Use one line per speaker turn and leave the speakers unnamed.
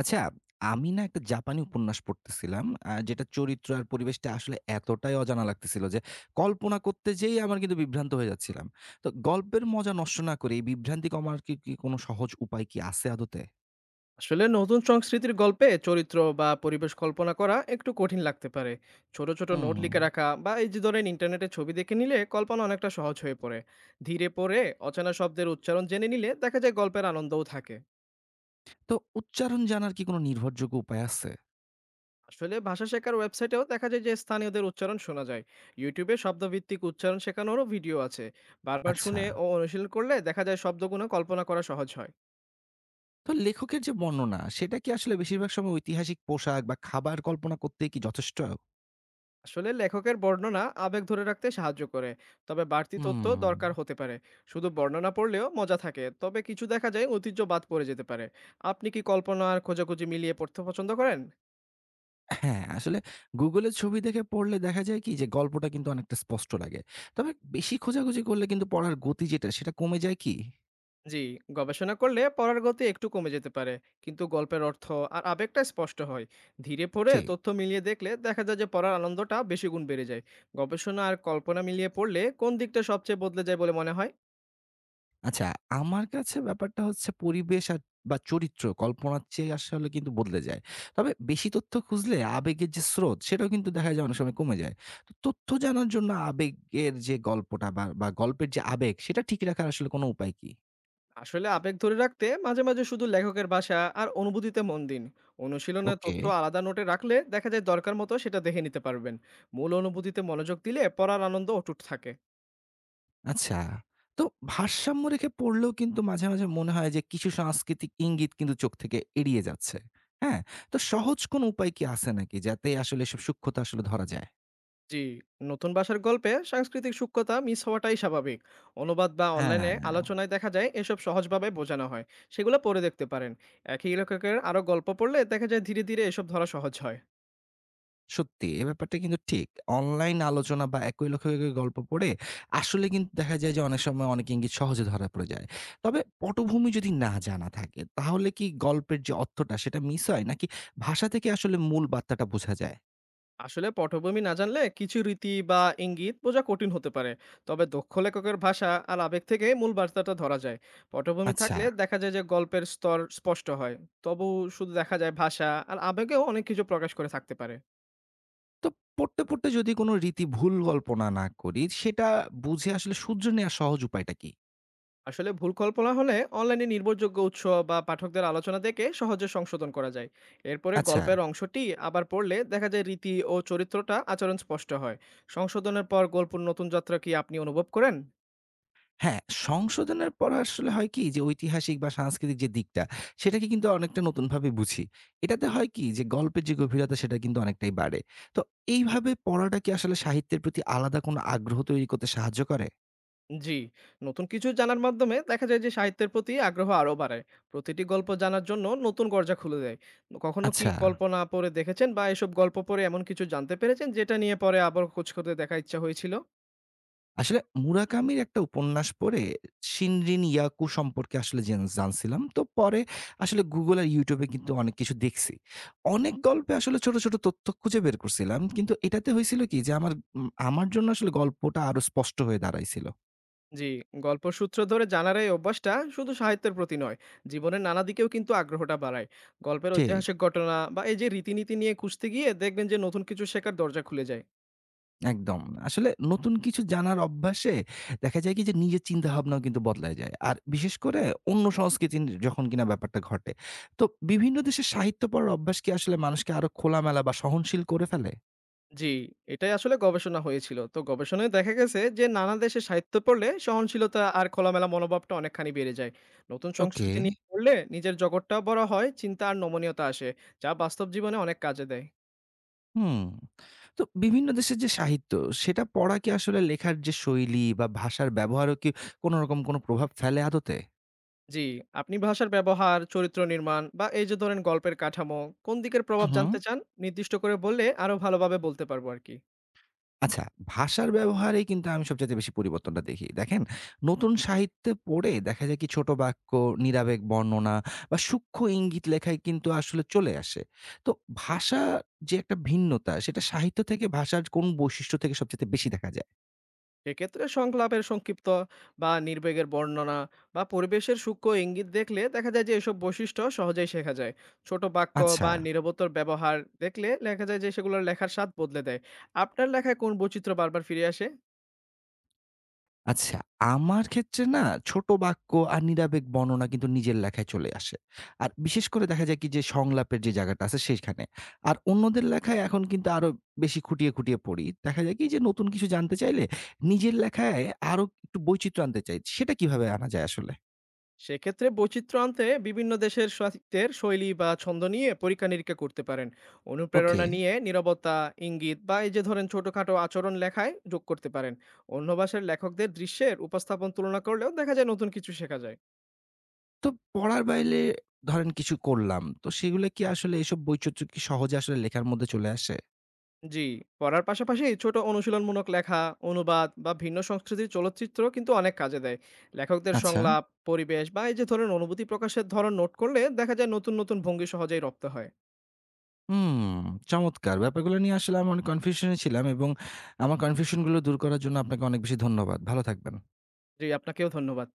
আচ্ছা, আমি না একটা জাপানি উপন্যাস পড়তেছিলাম। যেটার চরিত্র আর পরিবেশটা আসলে এতটাই অজানা লাগতেছিল যে, কল্পনা করতে যেয়েই আমার কিন্তু বিভ্রান্ত হয়ে যাচ্ছিলাম। তো গল্পের মজা নষ্ট না করে এই বিভ্রান্তি কমার কি কোনো সহজ উপায় কি আছে আদতে?
আসলে নতুন সংস্কৃতির গল্পে চরিত্র বা পরিবেশ কল্পনা করা একটু কঠিন লাগতে পারে। ছোট ছোট নোট
হুম।
লিখে রাখা বা এই যে ধরেন ইন্টারনেটে ছবি দেখে নিলে কল্পনা অনেকটা সহজ হয়ে পড়ে। ধীরে পড়ে অচেনা শব্দের উচ্চারণ জেনে নিলে দেখা যায় গল্পের আনন্দও থাকে।
তো উচ্চারণ জানার কি কোনো নির্ভরযোগ্য উপায় আছে?
আসলে ভাষা শেখার ওয়েবসাইটেও দেখা যায় যে স্থানীয়দের উচ্চারণ শোনা যায়। ইউটিউবে শব্দভিত্তিক উচ্চারণ শেখানোরও ভিডিও আছে। বারবার
আচ্ছা।
শুনে ও অনুশীলন করলে দেখা যায় শব্দগুলো কল্পনা করা সহজ হয়।
তো লেখকের যে বর্ণনা, সেটা কি আসলে বেশিরভাগ সময় ঐতিহাসিক পোশাক বা খাবার কল্পনা করতেই কি যথেষ্ট?
আসলে লেখকের বর্ণনা আবেগ ধরে রাখতে সাহায্য করে, তবে বাড়তি তথ্য
হুম।
দরকার হতে পারে। শুধু বর্ণনা পড়লেও মজা থাকে, তবে কিছু দেখা যায় ঐতিহ্য বাদ পড়ে যেতে পারে। আপনি কি কল্পনা আর খোঁজাখুঁজি মিলিয়ে পড়তে পছন্দ করেন?
হ্যাঁ, আসলে গুগলে ছবি দেখে পড়লে দেখা যায় কি? যে গল্পটা কিন্তু অনেকটা স্পষ্ট লাগে। তবে বেশি খোঁজাখুঁজি করলে কিন্তু পড়ার গতি যেটা সেটা কমে যায় কি?
জি, গবেষণা করলে পড়ার গতি একটু কমে যেতে পারে, কিন্তু গল্পের অর্থ আর আবেগটা স্পষ্ট হয়। ধীরে পড়ে
ঠিক।
তথ্য মিলিয়ে দেখলে দেখা যায় যে পড়ার আনন্দটা বেশি গুণ বেড়ে যায়। গবেষণা আর কল্পনা মিলিয়ে পড়লে কোন দিকটা সবচেয়ে বদলে যায় বলে মনে হয়?
আচ্ছা, আমার কাছে ব্যাপারটা হচ্ছে পরিবেশ আর বা চরিত্র কল্পনার চেয়ে আসলে কিন্তু বদলে যায়। তবে বেশি তথ্য খুঁজলে আবেগের যে স্রোত সেটাও কিন্তু দেখা যায় অনেক সময় কমে যায়। তো তথ্য জানার জন্য আবেগের যে গল্পটা বা গল্পের যে আবেগ সেটা ঠিক রাখার আসলে কোনো উপায় কি?
আসলে আবেগ ধরে রাখতে মাঝে মাঝে শুধু লেখকের ভাষা আর অনুভূতিতে মন দিন। অনুশীলনের
ওকে।
তথ্য আলাদা নোটে রাখলে দেখা যায় দরকার মতো সেটা দেখে নিতে পারবেন। মূল অনুভূতিতে মনোযোগ দিলে পড়ার আনন্দ অটুট থাকে।
আচ্ছা। তো ভারসাম্য রেখে পড়লেও কিন্তু মাঝে মাঝে মনে হয় যে কিছু সাংস্কৃতিক ইঙ্গিত কিন্তু চোখ থেকে এড়িয়ে যাচ্ছে। হ্যাঁ? তো সহজ কোনো উপায় কি আছে নাকি? যাতে আসলে এসব সূক্ষ্মতা আসলে ধরা যায়?
জি, নতুন ভাষার গল্পে সাংস্কৃতিক সূক্ষ্মতা মিস হওয়াটাই স্বাভাবিক। অনুবাদ বা
হ্যাঁ,
অনলাইনে আলোচনায় দেখা যায় এসব সহজভাবে বোঝানো হয়, সেগুলো পড়ে দেখতে পারেন। একই লেখকের আরও গল্প পড়লে দেখা যায় ধীরে ধীরে এসব ধরা সহজ হয়।
সত্যি এ ব্যাপারটা কিন্তু ঠিক। অনলাইন আলোচনা বা একই লেখকের গল্প পড়ে আসলে কিন্তু দেখা যায় যে অনেক সময় অনেক ইঙ্গিত সহজে ধরা পড়ে যায়। তবে পটভূমি যদি না জানা থাকে তাহলে কি গল্পের যে অর্থটা সেটা মিস হয় নাকি ভাষা থেকে আসলে মূল বার্তাটা বোঝা যায়?
আসলে পটভূমি না জানলে কিছু রীতি বা ইঙ্গিত বোঝা কঠিন হতে পারে, তবে দক্ষ লেখকের ভাষা আর আবেগ থেকে মূল বার্তাটা ধরা যায়। পটভূমি
আচ্ছা।
থাকলে দেখা যায় যে গল্পের স্তর স্পষ্ট হয়। তবু শুধু দেখা যায় ভাষা আর আবেগেও অনেক কিছু প্রকাশ করে থাকতে পারে।
তো পড়তে পড়তে যদি কোনো রীতি ভুল কল্পনা না করি, সেটা বুঝে আসলে শুধরে নেয়ার সহজ উপায়টা কি?
আসলে ভুল কল্পনা হলে অনলাইনে নির্ভরযোগ্য উৎস বা পাঠকদের আলোচনা দেখে সহজে সংশোধন করা যায়। এরপরে
আচ্ছা।
গল্পের অংশটি আবার পড়লে দেখা যায় রীতি ও চরিত্রটা আচরণ স্পষ্ট হয়। সংশোধনের পর গল্পের নতুন যাত্রা কি আপনি অনুভব করেন?
হ্যাঁ, সংশোধনের পর আসলে হয় কি যে ঐতিহাসিক বা সাংস্কৃতিক যে দিকটা, সেটাকে কিন্তু অনেকটা নতুনভাবে বুঝি। এটাতে হয় কি যে গল্পের যে গভীরতা সেটা কিন্তু অনেকটাই বাড়ে। তো এইভাবে পড়াটা কি আসলে সাহিত্যের প্রতি আলাদা কোনো আগ্রহ তৈরি করতে সাহায্য করে?
জি, নতুন কিছু জানার মাধ্যমে দেখা যায় যে সাহিত্যের প্রতি আগ্রহ আরো বাড়ায়। প্রতিটি গল্প জানার জন্য নতুন দরজা খুলে দেয়। কখনো কি
আচ্ছা।
কল্পনা পড়ে দেখেছেন বা এসব গল্প পড়ে এমন কিছু জানতে পেরেছেন যেটা নিয়ে পরে আবার খোঁজ করতে দেখার ইচ্ছা হয়েছিল?
আসলে মুরাকামির একটা উপন্যাস পড়ে শিনরিন ইয়াকু সম্পর্কে আসলে জানছিলাম। তো পরে আসলে Google আর YouTube এ কিন্তু অনেক কিছু দেখছি। অনেক গল্পে আসলে ছোট ছোট তথ্য খুঁজে বের করছিলাম। কিন্তু এটাতে হয়েছিল কি যে আমার আমার জন্য আসলে গল্পটা আরো স্পষ্ট হয়ে দাঁড়াইছিল।
জি, গল্প সূত্র ধরে জানার এই অভ্যাসটা শুধু সাহিত্যের প্রতি নয়, জীবনের নানা দিকেও কিন্তু আগ্রহটা বাড়ায়। গল্পের
ঠিক,
ঐতিহাসিক ঘটনা বা এই যে রীতিনীতি নিয়ে খুঁজতে গিয়ে দেখবেন যে নতুন কিছু শেখার দরজা খুলে যায়।
একদম। আসলে নতুন কিছু জানার অভ্যাসে দেখা যায় কি যে নিজের চিন্তাভাবনাও কিন্তু বদলায় যায়। আর বিশেষ করে অন্য সংস্কৃতির যখন কিনা ব্যাপারটা ঘটে। তো বিভিন্ন দেশের সাহিত্য পড়ার অভ্যাস কি আসলে মানুষকে আরো খোলামেলা বা সহনশীল করে ফেলে?
জি, এটাই আসলে গবেষণা হয়েছিল। তো গবেষণায় দেখা গেছে যে নানা দেশে সাহিত্য পড়লে সহনশীলতা আর খোলামেলা মনোভাবটা অনেকখানি বেড়ে যায়। নতুন
ওকে,
সংস্কৃতি নিয়ে পড়লে নিজের জগৎটাও বড় হয়, চিন্তা আর নমনীয়তা আসে, যা বাস্তব জীবনে অনেক কাজে দেয়।
হুম। তো বিভিন্ন দেশের যে সাহিত্য, সেটা পড়া কি আসলে লেখার যে শৈলী বা ভাষার ব্যবহারও কি কোনো রকম কোনো প্রভাব ফেলে আদতে?
জি, আপনি ভাষার ব্যবহার, চরিত্র নির্মাণ বা এই যে ধরেন গল্পের কাঠামো, কোন দিকের
হু,
প্রভাব
হু।
জানতে চান? নির্দিষ্ট করে বললে আরো ভালোভাবে বলতে পারবো আরকি।
আচ্ছা, ভাষার ব্যবহারেই কিন্তু আমি সবচাইতে বেশি পরিবর্তনটা দেখি। দেখেন, নতুন সাহিত্যে পড়ে দেখা যায় কি ছোট বাক্য, নিরাবেগ বর্ণনা বা সূক্ষ্ম ইঙ্গিত লেখায় কিন্তু আসলে চলে আসে। তো ভাষার যে একটা ভিন্নতা, সেটা সাহিত্য থেকে ভাষার কোন বৈশিষ্ট্য থেকে সবচাইতে বেশি দেখা যায়?
সেক্ষেত্রে সংলাপের সংক্ষিপ্ত বা নির্বেগের বর্ণনা বা পরিবেশের সূক্ষ্ম ইঙ্গিত দেখলে দেখা যায় যে এসব বৈশিষ্ট্য সহজেই শেখা যায়। ছোট বাক্য
আচ্ছা।
বা নিরবতার ব্যবহার দেখলে দেখা যায় যে সেগুলোর লেখার স্বাদ বদলে দেয়। আপনার লেখায় কোন বৈচিত্র্য বারবার ফিরে আসে?
আচ্ছা, আমার ক্ষেত্রে না ছোট বাক্য আর নিরাবেগ বর্ণনা কিন্তু নিজের লেখায় চলে আসে। আর বিশেষ করে দেখা যায় কি যে সংলাপের যে জায়গাটা আছে সেখানে। আর অন্যদের লেখায় এখন কিন্তু আরো বেশি খুঁটিয়ে খুঁটিয়ে পড়ি। দেখা যায় কি যে নতুন কিছু জানতে চাইলে নিজের লেখায় আরো একটু বৈচিত্র্য আনতে চাই। সেটা কিভাবে আনা যায় আসলে?
সেক্ষেত্রে বৈচিত্র্য আনতে বিভিন্ন দেশের সাহিত্যের শৈলী বা ছন্দ নিয়ে পরীক্ষা নিরীক্ষা করতে পারেন।
ওকে।
অনুপ্রেরণা নিয়ে নিরবতা, ইঙ্গিত বা এই যে ধরেন ছোটখাটো আচরণ লেখায় যোগ করতে পারেন। অন্য ভাষার লেখকদের দৃশ্যের উপস্থাপন তুলনা করলেও দেখা যায় নতুন কিছু শেখা যায়।
তো পড়ার বাইলে ধরেন কিছু করলাম। তো সেগুলো কি আসলে এসব বৈচিত্র্য কি সহজে আসলে লেখার মধ্যে চলে আসে?
জি, পড়ার পাশাপাশি ছোট অনুশীলনমূলক লেখা, অনুবাদ বা ভিন্ন সংস্কৃতির চলচ্চিত্র কিন্তু অনেক কাজে দেয়। লেখকদের
আচ্ছা।
সংলাপ, পরিবেশ বা এই যে ধরুন অনুভূতি প্রকাশের ধরন নোট করলে দেখা যায় নতুন, নতুন ভঙ্গি সহজেই রপ্ত হয়।
হুম, চমৎকার! ব্যাপারগুলো নিয়ে আসলে আমি অনেক কনফিউশন এ ছিলাম এবং আমার কনফিউশন গুলো দূর করার জন্য আপনাকে অনেক বেশি ধন্যবাদ। ভালো থাকবেন।
জি, আপনাকেও ধন্যবাদ।